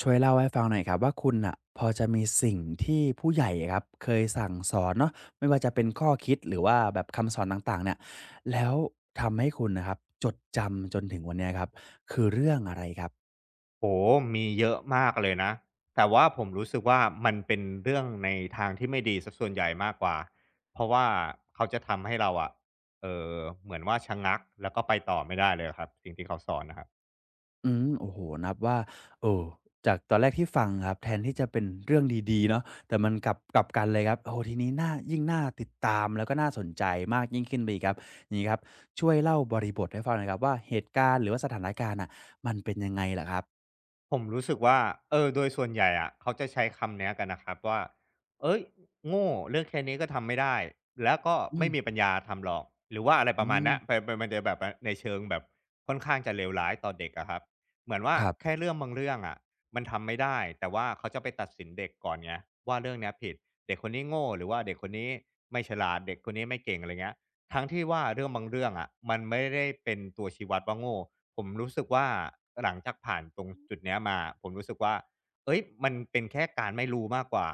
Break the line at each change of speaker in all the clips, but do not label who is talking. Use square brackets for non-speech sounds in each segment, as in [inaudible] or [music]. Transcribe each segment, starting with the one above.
ช่วยเล่าให้ฟังหน่อยครับว่าคุณอ่ะพอจะมีสิ่งที่ผู้ใหญ่ครับเคยสั่งสอนเนาะไม่ว่าจะเป็นข้อคิดหรือว่าแบบคำสอนต่างๆเนี่ยแล้วทำให้คุณนะครับจดจำจนถึงวันเนี้ยครับคือเรื่องอะไรครับ
โอ้โฮมีเยอะมากเลยนะ แต่ว่าผมรู้สึกว่ามันเป็นเรื่องในทางที่ไม่ดีเสียส่วนใหญ่มากกว่า เพราะว่าเขาจะทำให้เราอะเอ่อเหมือนว่าชะงักแล้วก็ไปต่อไม่ได้เลยอะครับสิ่งที่เขาสอนน่ะครับ
อืมโอ้โหนับว่าโอ้จากตอนแรกที่ฟังครับแทนที่จะเป็นเรื่องดีๆเนาะแต่มันกลับกันเลยครับโอ้ทีนี้น่ายิ่งน่าติดตามแล้วก็น่าสนใจมากยิ่งขึ้นไปอีกครับอย่างนีครับช่วยเล่าบริบทให้ฟังหน่อยครับว่าเหตุการณ์หรือว่าสถานการณ์อ่ะมันเป็นยังไงลหรครับ
ผมรู้สึกว่าเออโดยส่วนใหญ่อะเขาจะใช้คำเนี้ยกันนะครับว่าเฮ้ยโง่เรื่องแค่นี้ก็ทำไม่ได้แล้วก็
อื
ไม่
ม
มีปัญญาทำหรอกหรือว่าอะไรป
อื
ระมาณ
ม
เนี้ยไปมันจะแบบว่าในเชิงแบบค่อนข้างจะเลวร้ายต่อเด็กอะครับเหมือนว่า
ครั
แค่
บ
เรื่องบางเรื่องอะมันทำไม่ได้แต่ว่าเขาจะไปตัดสินเด็กก่อนไงว่าเรื่องเนี้ยผิดเด็กคนนี้โง่หรือว่าเด็กคนนี้ไม่ฉลาดเด็กคนนี้ไม่เก่งอะไรเงี้ยทั้งที่ว่าเรื่องบางเรื่องอะมันไม่ได้เป็นตัวชี้วัดว่าโง่ ผมรู้สึกว่าหลังจากผ่านตรงจุดเนี้ยมาผมรู้สึกว่าเอ้ยมันเป็นแค่การไม่รู้มากกว่า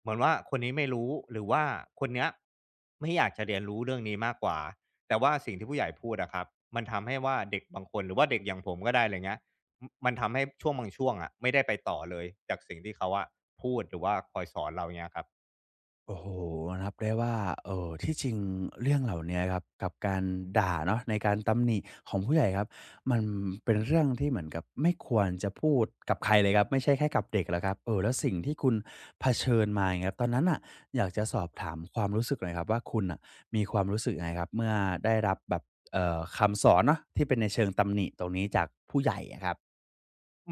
เหมือนว่าคนนี้ไม่รู้หรือว่าคนเนี้ยไม่อยากจะเรียนรู้เรื่องนี้มากกว่าแต่ว่าสิ่งที่ผู้ใหญ่พูดอะครับมันทำให้ว่าเด็กบางคนหรือว่าเด็กอย่างผมก็ได้อะไรเงี้ยมันทำให้ช่วงบางช่วงอะไม่ได้ไปต่อเลยจากสิ่งที่เขาอะพูดหรือว่าคอยสอนเราเงี้ยครับ
โอ้โฮนับได้ว่าที่จริงเรื่องเหล่าเนี้ยครับกับการด่าเนาะในการตำหนิของผู้ใหญ่ครับมันเป็นเรื่องที่เหมือนกับไม่ควรจะพูดกับใครเลยครับไม่ใช่แค่กับเด็กหรอกครับแล้วสิ่งที่คุณเผชิญมาอย่างเงี้ยตอนนั้นน่ะอยากจะสอบถามความรู้สึกหน่อยครับว่าคุณน่ะมีความรู้สึกยังไงครับเมื่อได้รับแบบคำสอนเนาะที่เป็นในเชิงตำหนิตรงนี้จากผู้ใหญ่อะครับ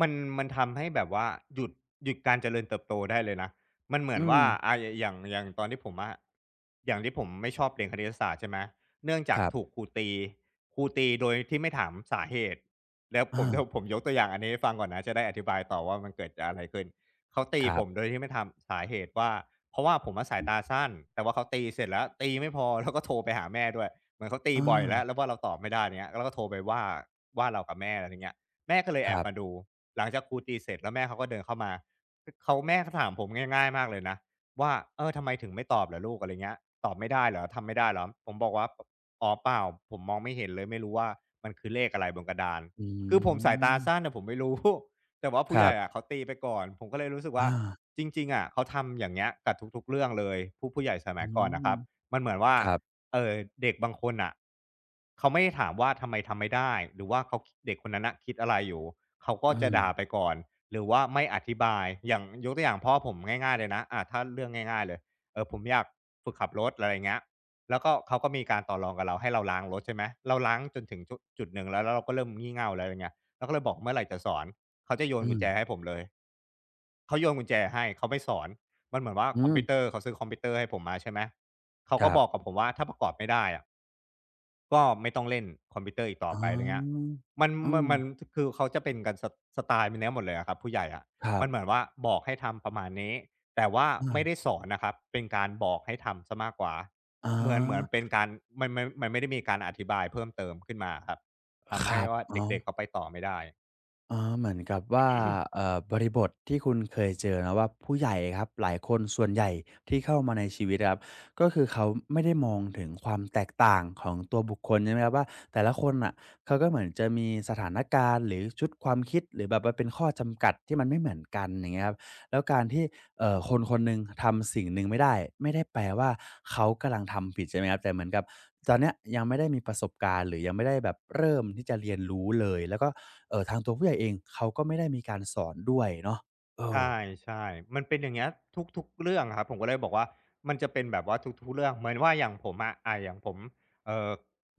มันมันทำให้แบบว่าหยุดหยุดการเจริญเติบโตได้เลยนะมันเหมื
อื
อน
ม
ว่าอายอย่างตอนที่ผมอะอย่างที่ผมไม่ชอบเรียนคณิตศาสตร์ใช่ไหม เนื่องจา
ค
ก
รั
ถูก
บ
ครูตีครูตีโดยที่ไม่ถามสาเหตุแล้วผ
อา
มเดี๋ยวผมยกตัวอย่างอันนี้ให้ฟังก่อนนะจะได้อธิบายต่อว่ามันเกิดจากอะไรขึ้นเขาตี
ครั
ผมโด
บ
ยที่ไม่ถามสาเหตุว่าเพราะว่าผมอะสายตาสั้น แต่ว่าเขาตีเสร็จแล้วตีไม่พอ [laughs] แล้วก็โทรไปหาแม่ด้วยเหมือนเขาตี
อา
บ่อยแล้วว่าเราตอบไม่ได้อย่างเงี้ยแล้วก็โทรไปว่าเรากับแม่อะไรอย่างเงี้ยแม่ก็เลย
ค
แอบ
รั
มา
บ
ดู หลังจากครูตีเสร็จแล้วแม่เขาก็เดินเข้ามาเขาแม่เขาถามผมง่ายๆมากเลยนะว่าเออทำไมถึงไม่ตอบเหรอลูกอะไรเงี้ยตอบไม่ได้เหรอทำไม่ได้เหรอผมบอกว่าอ๋อเปล่าผมมองไม่เห็นเลยไม่รู้ว่ามันคือเลขอะไรบนกระดาน
อื
คือผมสายตาสั้น
ม
น่ะผมไม่รู้ [laughs] แต่ว่า
ค
ผู้ให
รั
ญ่อะ
บ
เขาตีไปก่อนผมก็เลยรู้สึกว่า
อา
จริงๆอะเขาทำอย่างเงี้ยกับทุกๆเรื่องเลยผู้ใหญ่ส
อื
มัยก่อนน่ะ
ม
ครับมันเหมือนว่า
ครับ
เอ่อเด็กบางคนน่ะเขาไม่ได้ถามว่าทำไมทำไม่ได้หรือว่าเขาเด็กคนนั้นน่ะคิดอะไรอยู่ เขาก็
อื
จะ
ม
ด่าไปก่อนหรือว่าไม่อธิบายอย่างยกตัวอย่างพ่อผมง่ายๆเลยนะอ่าถ้าเรื่องง่ายๆเลยเออผมอยากฝึกขับรถอะไรอย่างเงี้ยแล้วก็เขาก็มีการต่อรองกับเราให้เราล้างรถใช่ไหมเราล้างจนถึงจุดหนึ่งแล้วเราก็เริ่มงี่เง่าแล้วอะไรเงี้ยเราก็เลยบอกเมื่อไรจะสอนเขาจะโยน
อื
กุญ
ม
แจให้ผมเลยเขาโยนกุญแจให้เขาไม่สอนมันเหมือนว่า
อื
คอม
ม
พิวเตอร์เขาซื้อคอมพิวเตอร์ให้ผมมาใช่ไหมเขา
ค
ก็
รั
บอกกับ
บ
ผมว่าถ้าประกอบไม่ได้อะ ก็ไม่ต้องเล่นคอมพิวเตอร์อีกต่อ
อ๋อ
ไปอะไรเงี้ยมัน
อื
มั
ม
นมันคือเขาจะเป็นกันสสไตล์เป็นเนี้ยหมดเลยอะครับผู้ใหญ่อะ
ครั
มันเหมือน
บ
ว่าบอกให้ทำประมาณนี้แต่ว่า
อืม
ไม่ได้สอนนะครับเป็นการบอกให้ทำเสียมากกว่า
อ๋อ
เหมือนเป็นการมันไม่ได้มีการอธิบายเพิ่มเติมขึ้นมาอะครับ
ค
ทำให้
รับ
ว่า
อ๋อ
เด็กๆเขาไปต่อไม่ได้
อ๋อเหมือนกับว่าบริบทที่คุณเคยเจอนะว่าผู้ใหญ่ครับหลายคนส่วนใหญ่ที่เข้ามาในชีวิตอะครับก็คือเขาไม่ได้มองถึงความแตกต่างของตัวบุคคลใช่ไหมครับว่าแต่ละคนน่ะเขาก็เหมือนจะมีสถานการณ์หรือชุดความคิดหรือแบบมันเป็นข้อจำกัดที่มันไม่เหมือนกันอย่างเงี้ยครับ แล้วการที่คนคนหนึ่งทำสิ่งหนึ่งไม่ได้ไม่ได้แปลว่าเขากำลังทำผิดใช่ไหมครับแต่เหมือนกับตอนเนี้ยยังไม่ได้มีประสบการณ์หรือยังไม่ได้แบบเริ่มที่จะเรียนรู้เลยแล้วก็ทางตัวผู้ใหญ่เองเขาก็ไม่ได้มีการสอนด้วยเนาะเออ
ใช่ๆมันเป็นอย่างเงี้ยทุกๆเรื่องอะครับผมก็เลยบอกว่ามันจะเป็นแบบว่าทุกๆเรื่องเหมือนว่าอย่างผมอะอย่างผมเอ่อ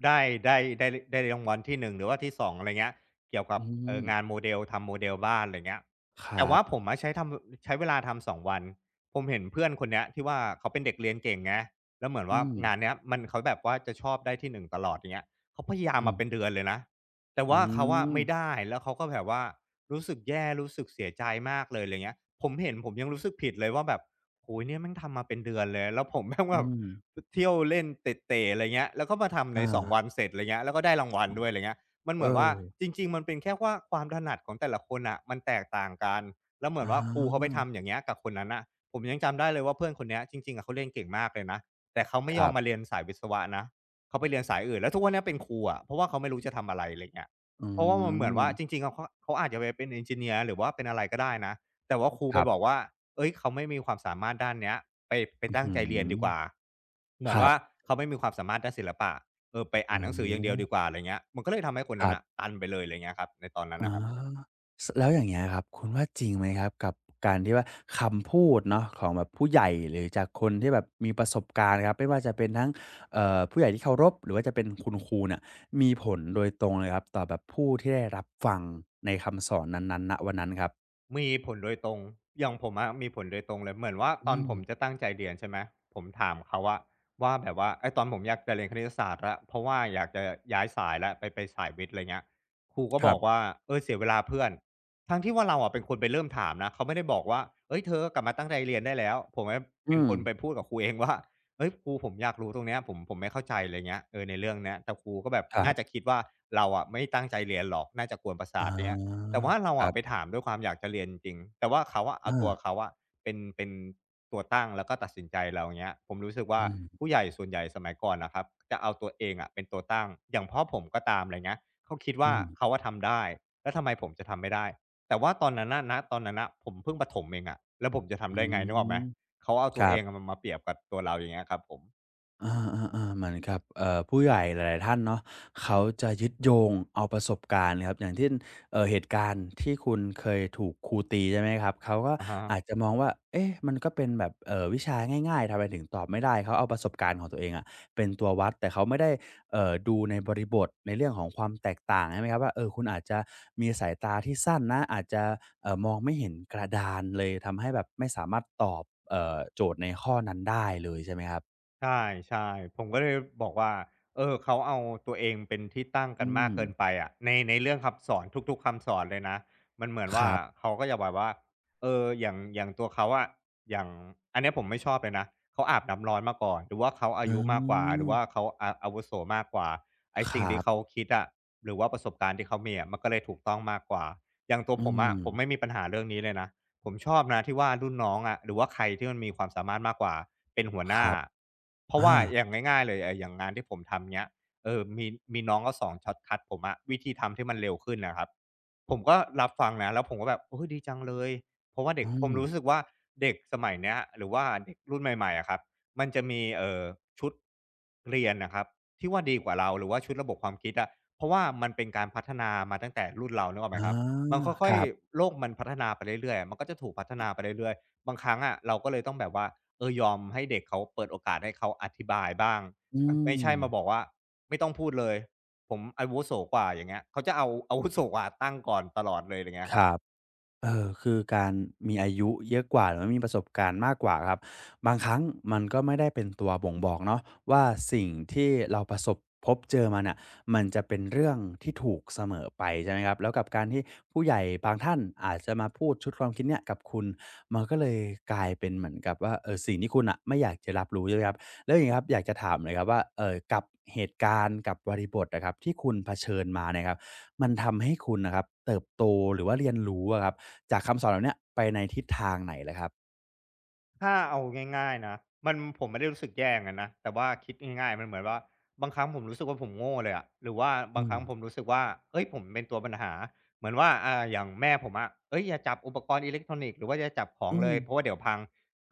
ได้ได้ได้รางวัลที่1หรือว่าที่2องอะไรเงี้ยเกี่ยวกั
อื
บ
ม
งานโมเดลทำโมเดลบ้านอะไรเงี้ย
ค
แต่
รับ
ว่าผมอะใช้เวลาทำ2วันผมเห็นเพื่อนคนเนี้ยที่ว่าเขาเป็นเด็กเรียนเก่งไงแล้วเหมือน
อื
ว่า
ม
งานเนี้ยมันเขาแบบว่าจะชอบได้ที่1ตลอดอย่างเงี้ยเขาพยายาม
อื
มาเป็น
ม
เดือนเลยนะแต่
อื
ว่าเขาอะไม่
ม
ได้แล้วเขาก็แบบว่า รู้สึกแย่รู้สึกเสียใจมากเลยอะไรเงี้ยผมเห็นผมยังรู้สึกผิดเลยว่าแบบโอ้ยเนี่ยแม่งทำมาเป็นเดือนเลยแล้วผมแม่ง
อื
แบบ
ม
เที่ยวเล่นเตะๆอะไรเงี้ยแล้วก็มาทำใน
อา
สองวันเสร็จอะไรเงี้ยแล้วก็ได้รางวัลด้วยอะไรเงี้ยมันเห
เอ
มือนว่า
อ
จริงๆมันเป็นแค่ว่าความถนัดของแต่ละคนอะมันแตกต่างกันแล้วเหมื
อ
อนว่าครูเขาไป
า
ทำอย่างเงี้ยกับคนนั้นนะผมยังจำได้เลยว่าเพื่อนคนเนี้ยจริงๆอะเขาเรียนเก่งมากเลยนะแต่เขาไม่
ค
ยอ
รั
มมา
บ
เรียนสายวิศวะนะเขาไปเรียนสายอื่นแล้วทุกวันเนี้ยเป็นครูอะเพราะว่าเขาไม่รู้จะทำอะไรอะไรเงี้ย
อื
เพราะว่ามันเหมือนว่าจ
ม
ริงๆอะเขาอาจจะไปเป็น engineer หรือว่าเป็นอะไรก็ได้นะแต่ว่าครู
ค
ไป
รั
บอก
บ
ว่าเฮ้ยเขาไม่มีความสามารถด้านเนี้ยไปไป
อื้อ
ตั้ง
ฮือ
ใจเรียนดีกว่าเหมื
ค
อน
รับ
ว่าเขาไม่มีความสามารถด้านศิลปะเออไป
อ๋
อ่า
อ
นหนังสืออย่างเดียวดีกว่าอะไรเงี้ยมันก็เลยทำให้คน
ค
นั้น
รั
น่ะ
บ
ตันไปเลยอะไรเงี้ยครับในตอนนั้น
อ๋อ
น่ะครับ
สแล้วอย่างเงี้ยครับคุณว่าจริงไหมครับกับการที่ว่าคำพูดเนาะของแบบผู้ใหญ่หรือจากคนที่แบบมีประสบการณ์ครับไม่ว่าจะเป็นทั้งผู้ใหญ่ที่เคารพหรือว่าจะเป็นคุณครูเนี่ยมีผลโดยตรงเลยครับต่อแบบผู้ที่ได้รับฟังในคำสอนนั้นๆณวันนั้นครับ
มีผลโดยตรงอย่างผมอะมีผลโดยตรงเลยเหมือนว่าต
อื
อน
ม
ผมจะตั้งใจเรียนใช่ไหมผมถามเขาอะว่าแบบว่าไอ้ตอนผมอยากจะเรียนคณิตศาสตร์แล้วเพราะว่าอยากจะย้ายสายแล้วไปสายวิทย์อะไรเงี้ยครูก็
ค
บ
รั
อกว่า
บ
เออเสียเวลาเพื่อนทั้งที่ว่าเราอะเป็นคนไปเริ่มถามนะเขาไม่ได้บอกว่าเฮ้ยเธอกลับมาตั้งใจเรียนได้แล้วผมอะ
อื
เป็น
ม
คนไปพูดกับครูเองว่าเฮ้ยครูผมอยากรู้ตรงเนี้ยผมไม่เข้าใจอะไรเงี้ยเออในเรื่องเนี้ยแต่ครูก็แบบ
ครั
น่าจะ
บ
คิดว่าเราอะไม่ตั้งใจเรียนหรอกน่าจะกวนประ
อ๋
สาทเงี้ย
อ
แต่ว่าเรา
ครั
อะไป
บ
ถามด้วยความอยากจะเรียนจริงๆแต่ว่าเขาอะเอา
อา
ตัวเขาอะเป็นตัวตั้งแล้วก็ตัดสินใจเราอย่างเงี้ยผมรู้สึก
อื
ว่า
มๆ
ผู้ใหญ่ส่วนใหญ่สมัยก่อนน่ะครับจะเอาตัวเองอะเป็นตัวตั้งอย่างพ่อผมก็ตามไรเงี้ยเขาคิดว่าเขาอะทำได้แล้วทำไมผมจะทำไม่ได้แต่ว่าตอนนั้นน่ะณตอนนั้นน่ะผมเพิ่งประถมเองอะแล้วผมจะ
อื
ทำได้ไงนึกออกไหม
ม
เขาเอา
ค
ตัว
รั
เอ
บ
งอะมันมาเปรียบกับตัวเราอย่างเงี้ยครับผม
อาๆๆเหมือนกับผู้ใหญ่หลายๆท่านเนาะเขาจะยึดโยงเอาประสบการณ์ครับอย่างเช่นเหตุการณ์ที่คุณเคยถูกครูตีใช่ไหมครับเขาก็
อะฮะ
อาจจะมองว่าเอ๊ะมันก็เป็นแบบวิชาง่ายๆทำไมถึงตอบไม่ได้เขาเอาประสบการณ์ของตัวเองอะเป็นตัววัดแต่เขาไม่ได้ดูในบริบทในเรื่องของความแตกต่างใช่ไหมครับว่าเออคุณอาจจะมีสายตาที่สั้นนะอาจจะมองไม่เห็นกระดานเลยทำให้แบบไม่สามารถตอบโจทย์ในข้อนั้นได้เลยใช่ไหมครับ
ใช่ใช่ผมก็เลยบอกว่าเออเขาเอาตัวเองเป็นที่ตั้งกั
อื
นมาก
ม
เกินไปอะในเรื่องคำสอนทุกๆคำสอนเลยนะมันเหมือน
ค
ว่า
รับ
เขาก็จะแบบว่าเอออย่างตัวเขาอะอย่างอันเนี้ยผมไม่ชอบเลยนะเขาอาบน้ำร้อนมาก่อนหรือว่าเขาอา
อื
ยุมากกว่าหรือว่า
ม
เขาอาวุโสมากกว่าไอ้
ค
สิ่ง
รั
ที่เขา
บ
คิดอะหรือว่าประสบการณ์ที่เขามีอะมันก็เลยถูกต้องมากกว่าอย่างตัว
อื
ผมอะผมไม่
ม
มีปัญหาเรื่องนี้เลยนะ ผมชอบนะที่ว่ารุ่นน้องอะหรือว่าใครที่มันมีความสามารถมากกว่าเป็นหัวห
ค
น้า
รับ
เพราะ
อา
ว่าอย่างง่ายๆเลยเอออย่างงานที่ผมทำเนี้ยเออมีน้องก็สองช็อตคัดผมอะวิธีทำที่มันเร็วขึ้นนะครับผมก็รับฟังนะแล้วผมก็แบบโอ้ยดีจังเลยเพราะว่าเด็ก
อื
ผม
ม
รู้สึกว่าเด็กสมัยเนี้ยหรือว่าเด็กรุ่นใหม่ๆอะครับมันจะมีชุดเรียนนะครับที่ว่าดีกว่าเราหรือว่าชุดระบบความคิดอะเพราะว่ามันเป็นการพัฒนามาตั้งแต่รุ่นเราเนกอะไหม
อา
ครับ มันค่
ค
อย
รับ
ๆโลกมันพัฒนาไปเรื่อยๆอะมันก็จะถูกพัฒนาไปเรื่อยๆบางครั้งอะเราก็เลยต้องแบบว่าเออยอมให้เด็กเขาเปิดโอกาสให้เขาอธิบายบ้าง
อื
อไม่
ม
ใช่มาบอกว่าไม่ต้องพูดเลยผมอาวุโสกว่าอย่างเงี้ยเขาจะเอาอาวุโสกว่าตั้งก่อนตลอดเลยไรเงี้ย
ค
ครับ
รับ เออคือการมีอายุเยอะกว่าหรือว่ามีประสบการณ์มากกว่าครับบางครั้งมันก็ไม่ได้เป็นตัวบ่งบอกเนาะว่าสิ่งที่เราประสบพบเจอมาน่ะมันจะเป็นเรื่องที่ถูกเสมอไปใช่ไหมครับแล้วกับการที่ผู้ใหญ่บางท่านอาจจะมาพูดชุดความคิดเนี่ยกับคุณมันก็เลยกลายเป็นเหมือนกับว่าสิ่งที่คุณน่ะไม่อยากจะรับรู้ใช่ไหมครับแล้วอย่างงี้ครับอยากจะถามหน่อยครับว่ากับเหตุการณ์กับบริบทอะครับที่คุณเผชิญมาเนี่ยครับ มันทำให้คุณนะครับเติบโตหรือว่าเรียนรู้อะครับจากคำสอนเหล่าเนี้ยไปในทิศทางไหนล่ะครับ
ถ้าเอาง่ายๆนะมันผมไม่ได้รู้สึกแย่อย่างงั้นนะแต่ว่าคิดง่ายๆมันเหมือนว่าบางครั้งผมรู้สึกว่าผมโง่เลยอะหรือว่าบา
อื
งค
ม
รั้งผมรู้สึกว่าเฮ้ยผมเป็นตัวปัญหาเหมือนว่าอย่างแม่ผมอะเฮ้ยอย่าจับอุปกรณ์อิเล็กทรอนิกส์หรือว่าอย่าจับของ
อื
เล
ม
ยเพราะว่าเดี๋ยวพัง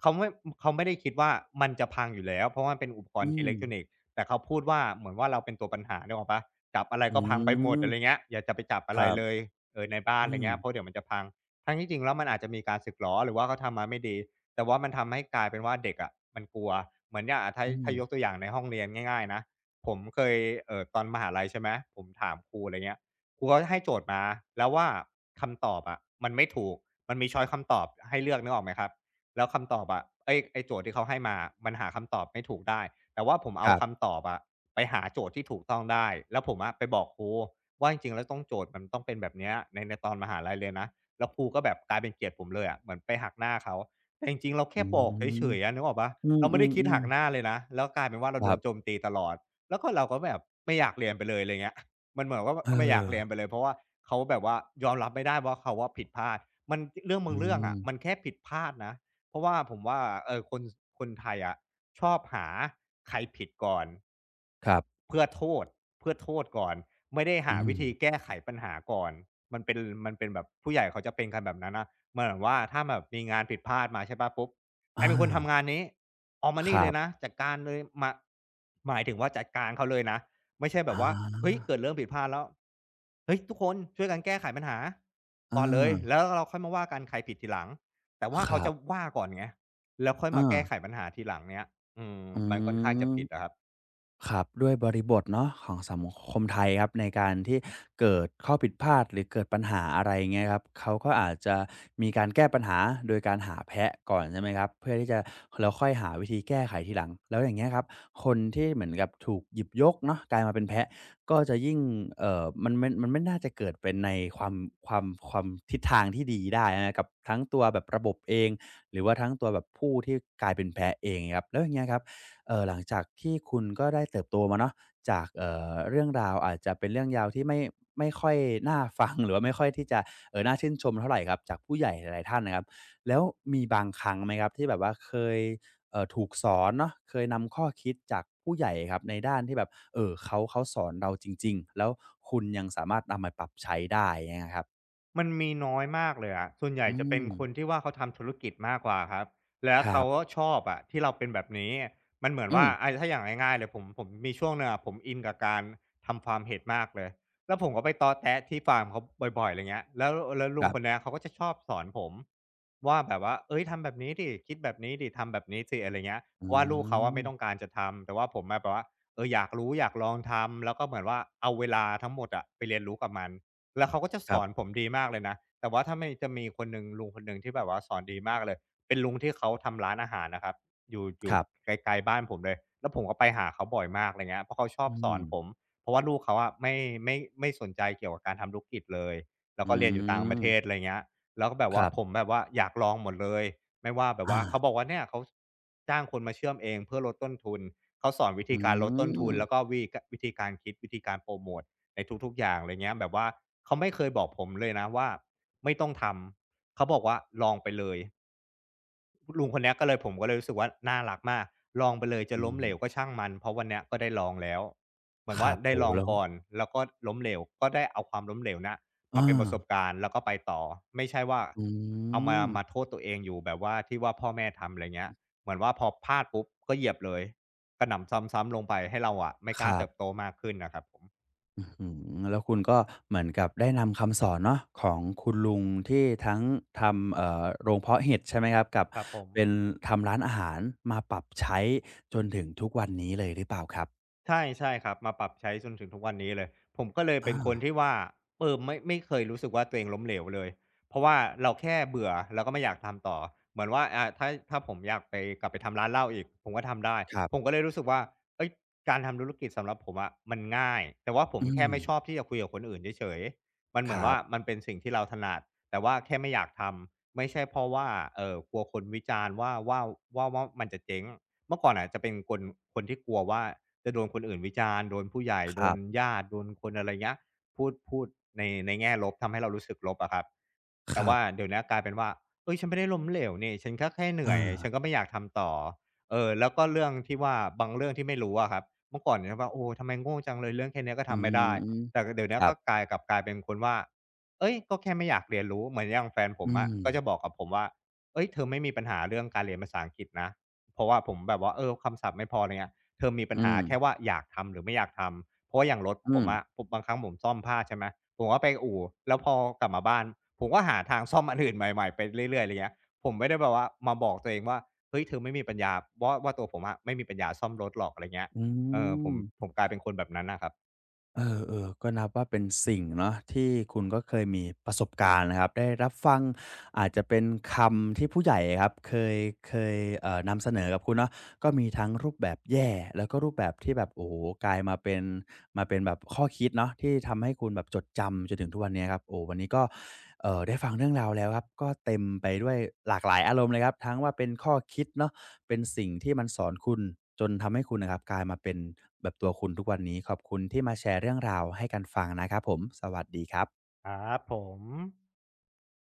เขาไม่เขาไม่ได้คิดว่ามันจะพังอยู่แล้วเพราะว่ามันเป็นอุปกร
อื
ณ์อิ
ม
เล็กทรอนิกส์แต่เขาพูดว่าเหมือนว่าเราเป็นตัวปัญหานึกออกเปล่าจับอะไร
อื
ก็พังไปหมดอะ
ม
ไรเงี้ยอย่าจะไปจับอะ
ค
ไร
รับ
เลยเออในบ้าน
อื
อะไร
ม
เงี้ยเพราะเดี๋ยวมันจะพังทั้งที่จริงแล้วมันอาจจะมีการสึกหรอหรือว่าเขาทำมาไม่ดี แต่ว่ามันทำให้กลายเป็นว่าเด็กอะมันกลัวเหมือนอย่างอะถ้า
อืม
ถ้ายกตัวอย่างในห้องเรียนง่ายๆนะผมเคยตอนมหาลัยใช่ไหมผมถามครูอะไรเงี้ยครูเขาให้โจทย์มาแล้วว่าคำตอบอะมันไม่ถูกมันมีช้อยส์คำตอบให้เลือกนึกออกไหมครับแล้วคำตอบอะไอ้โจทย์ที่เขาให้มาอะมันหาคำตอบไม่ถูกได้แต่ว่าผม
ค
เอา
รับ
คำตอบอะไปหาโจทย์ที่ถูกต้องได้แล้วผมอะไปบอกครูว่าจริงๆแล้วต้องโจทย์มันต้องเป็นแบบเนี้ยในตอนมหาลัยเลยนะแล้วครูก็แบบกลายเป็นเกลียดผมเลยอะเหมือนไปหักหน้าเขา แต่จริงๆเรา
อื
แค่
ม
บอกเฉยๆอะนึกออกเปล่าเราไม่
อื
ได้คิดหั
ม
ก
ๆ
ห
ๆ
น้าเลยนะแล้วกลายเป็นว่าเรา
ค
โด
รั
นโจม
บ
ตีตลอดแล้วก็เราก็แบบไม่อยากเรียนไปเลยไรเงี้ย [laughs] มันเหมือนว่า
เอ
ก็ไม่อยากเรียน
อ
ไปเลยเพราะว่าเขาแบบว่ายอมรับไม่ได้ว่าเขาอะผิดพลาดมันเรื่อง
อื
บางเรื่องอะมัน
ม
แค่ผิดพลาดนะเพราะว่าผมว่าเอ่อคนสคนไทยอะชอบหาใครผิดก่อน
ครับ
เพื่อโทษเพื่อโทษก่อนไม่ได้
อื
หาวิ
ม
ธีแก้ไขปัญหาก่อนมันเป็นมันเป็นแบบผู้ใหญ่เขาจะเป็นกันแบบนั้นน่ะ เหมือนว่าถ้าแบบมีงานผิดพลาดมาใช่เปล่าปุ๊บใค
อา
รเป็นคนทำงานนี้ออกมา
ค
นี่
รั
เลยนะ
บ
จัดการเลยมาหมายถึงว่าจัดการเขาเลยนะไม่ใช่แบบ
อา
ว่าเฮ้ยเกิดเรื่องผิดพลาดแล้วเฮ้ยทุกคนช่วยกันแก้ไขปัญหา
อา
ก่อนเลยแล้วเราค่อยมาว่ากันใครผิดทีหลังแต่ว่า
ค
เขา
รั
จะ
บ
ว่าก่อนไงแล้วค่อยมา
อา
แก้ไขปัญหาทีหลังเงี้ยอืม
อื
มันค่อนข้างจะผิด
ม
อะครับ
ครับด้วยบริบทเนาะของสังคมไทยครับในการที่เกิดข้อผิดพลาดหรือเกิดปัญหาอะไรเงี้ยครับเขาก็อาจจะมีการแก้ปัญหาโดยการหาแพะก่อนใช่ไหมครับเพื่อที่จะแล้วค่อยหาวิธีแก้ไขทีหลังแล้วอย่างเงี้ยครับคนที่เหมือนกับถูกหยิบยกเนาะกลายมาเป็นแพะก็จะยิ่งเออมันไม่น่าจะเกิดเป็นในความความทิศทางที่ดีได้นะครกับทั้งตัวแบบระบบเองหรือว่าทั้งตัวแบบผู้ที่กลายเป็นแพะเองครับแล้วอย่างเงี้ยครับ หลังจากที่คุณก็ได้เติบโตมาเนาะจากเรื่องราวอาจจะเป็นเรื่องยาวที่ไม่ค่อยน่าฟัง [laughs] หรือว่าไม่ค่อยที่จะเออน่าชื่นชมเท่าไหรครับจากผู้ใหญ่หลายๆท่านนะครับแล้วมีบางครั้งไหมครับที่แบบว่าเคยถูกสอนเนาะเคยนำข้อคิดจากผู้ใหญ่ครับในด้านที่แบบเออเขาสอนเราจริงๆแล้วคุณยังสามารถนำมาปรับใช้ได้เะครับ
มันมีน้อยมากเลยอะส่วนใหญ่
อื
จะเป็น
ม
คนที่ว่าเขาทำธุรกิจมากกว่าครับแล้ว
ครั
เขา
บ
ก็ชอบอะที่เราเป็นแบบนี้ มันเหมือน
อืม
ว่าถ้าอย่างง่ายๆเลยผมมีช่วงหนึ่งอะผมอินกับการทำฟาร์มเห็ดมากเลยแล้วผมก็ไปต๊อแต๊ะที่ฟาร์มเขาบ่อยๆไรเงี้ยแล้ว
ค
ลุง
รั
คน
บ
เนี้ยเขาก็จะชอบสอนผมว่าแบบว่าเฮ้ยทำแบบนี้สิคิดแบบนี้สิทำแบบนี้สิอะไรเงี้ย
อื
เพราะว่าลูกเขาอะ
ม
ไม่ต้องการจะทำ แต่ว่าผมอะแบบว่าเอออยากรู้อยากลองทำแล้วก็เหมือนว่าเอาเวลาทั้งหมดอะไปเรียนรู้กับมัน แล้วเขาก็จะ
ค
ส
รั
อนผ
บ
มดีมากเลยนะแต่ว่าถ้าไม่จะมีคนหนึ่งลุงคนหนึ่งที่แบบว่าสอนดีมากเลยเป็นลุงที่เขาทำร้านอาหารนะครับอยู่อ
ค
ยู่
รับ
ไกลๆบ้านผมเลยแล้วผมก็ไปหาเขาบ่อยมากไรเงี้ยเพราะเขาชอ
อื
บสอน
ม
ผมเพราะว่าลูกเขาอะไม่สนใจเกี่ยวกับการทำธุรกิจเลยแล้ว
อื
ก็เรียนอยู่ต่างประเทศ
ม
ไรเงี้ยแล้วก็แบบ
ค
ว่า
รับ
ผมแบบว่าอยากลองหมดเลยไม่ว่าแบบว่าเขา
[laughs]
บอกว่าเนี่ยเขาจ้างคนมาเชื่อมเองเพื่อลดต้นทุนเขาสอนวิ
อื
ธีการลดต้นทุนแล้วก็
ม
วีกวิธีการคิดวิธีการโพรโมต ในทุกๆอย่างอะไรเงี้ยแบบว่าเขาไม่เคยบอกผมเลยนะว่าไม่ต้องทำเขาบอกว่าลองไปเลยลุงคนเนี้ยก็เลยผมก็เลยรู้สึกว่าน่ารักมากลองไปเลยจะ
อื
ล้ม
ม
เหลวก็ช่างมันเพราะวันเนี้ยก็ได้ลองแล้วเหมือ
ค
นว่า
รับ
ได้
โอ้
ล
โฮ
อง
แล้ว
ก่อนแล้วก็ล้มเหลวก็ได้เอาความล้มเหลวเนี่ย
เออ
มาเป็นประสบการณ์แล้วก็ไปต่อไม่ใช่ว่า
อื
เอามา
ม
มาโทษตัวเองอยู่แบบว่าที่ว่าพ่อแม่ทำอะไรเงี้ยเหมือนว่าพอพลาดปุ๊บก็เหยียบเลยกระหน่ำซ้ำๆลงไปให้เราอะไม่
ค
กล้า
รั
เติบ
บ
โตมากขึ้นน่ะครับผม
อื้อฮือแล้วคุณก็เหมือนกับได้นำคำสอนเนาะของคุณลุงที่ทั้งทำโรงเพาะเห็ดใช่ไหมครับกับ
ครับผ
เป็น
ม
ทำร้านอาหารมาปรับใช้จนถึงทุกวันนี้เลยหรือเปล่าครับ
ใช่ใช่ครับมาปรับใช้จนถึงทุกวันนี้เลยผมก็เลย
อา
เป็นคนที่ว่าเออไม่เคยรู้สึกว่าตัวเองล้มเหลวเลยเพราะว่าเราแค่เบื่อเราก็ไม่อยากทำต่อเหมือนว่าถ้าผมอยากไปกลับไปทำร้านเหล้าอีกผมก็ทำได้
ครั
ผมก็
บ
เลยรู้สึกว่าเฮ้ยการทำธุรกิจสำหรับผมอะมันง่ายแต่ว่าผ
อื
มแค่
ม
ไม่ชอบที่จะคุยกับคนอื่นเฉยๆมันเห
ค
มือน
รั
ว่า
บ
มันเป็นสิ่งที่เราถนัดแต่ว่าแค่ไม่อยากทำไม่ใช่เพราะว่ากลัวคนวิจารณ์ว่ามันจะเจ๊งเมื่อก่อนน่ะจะเป็นคนที่กลัวว่า จะโดนคนอื่นวิจารณ์โดนผู้ใหญ่
ค
โด
รั
น
บ
ญาติโดนคนอะไรเงี้ยพูดในแง่ลบทำให้เรารู้สึกลบอะครับ
ค
แต่
รั
ว่า
บ
เดี๋ยวเนี้ยกลายเป็นว่าเฮ้ยฉันไม่ได้ล้มเหลวนี่ฉันก็แค่เหนื่อย
อา
ฉันก็ไม่อยากทำต่อแล้วก็เรื่องที่ว่าบางเรื่องที่ไม่รู้อะครับเมื่อก่อนเนี่ยว่าโอ้ทำไมโง่จังเลยเรื่องแค่เนี้ยก็
อื
ทำไม่ได้
ม
แต่เดี๋ยว
ค
เนี้ย
รับ
ก็กลายเป็นคนว่าเฮ้ยก็แค่ไม่อยากเรียนรู้เหมือนอย่างแฟนผ
อื
มอะ
ม
ก็จะบอกกับผมว่าเฮ้ยเธอไม่มีปัญหาเรื่องการเรียนภาษาอังกฤษนะเพราะว่าผมแบบว่าเออคำศัพท์ไม่พอไรเงี้ย เธอมีปัญ
อื
หา
ม
แค่ว่าอยากทำหรือไม่อยากทำ เพราะว่าอย่างรถผ
อืม
มอะผมบางครั้งผมซ่อมผ้าใช่ไหม ผมก็ไปอู่แล้วพอกลับมาบ้านผมก็หาทางซ่อมอันอื่นใหม่ๆไปเรื่อยๆอะไรเงี้ยผมไม่ได้แบบว่ามาบอกตัวเองว่าเฮ้ยเธอไม่มีปัญญาว่าตัวผมอะไม่มีปัญญาซ่อมรถหรอกอะไรเงี้ย
อื
เออผม
ม
ผมกลายเป็นคนแบบนั้นน่ะครับ
เออเออก็นับว่าเป็นสิ่งเนาะที่คุณก็เคยมีประสบการณ์นะครับได้รับฟัง อาจจะเป็นคำที่ผู้ใหญ่ครับเคยนำเสนอกับคุณเนาะก็มีทั้งรูปแบบแย่แล้วก็รูปแบบที่แบบโอ้โหกลายมาเป็นแบบข้อคิดเนาะที่ทำให้คุณแบบจดจำจนถึงทุกวันเนี้ยครับโอ้วันนี้ก็ได้ฟังเรื่องราวแล้วครับก็เต็มไปด้วยหลากหลายอารมณ์เลยครับทั้งว่าเป็นข้อคิดเนาะเป็นสิ่งที่มันสอนคุณจนทำให้คุณนะครับกลายมาเป็นแบบตัวคุณทุกวันนี้ขอบคุณที่มาแชร์เรื่องราวให้กันฟังนะครับผมสวัสดีครับ
ครับผม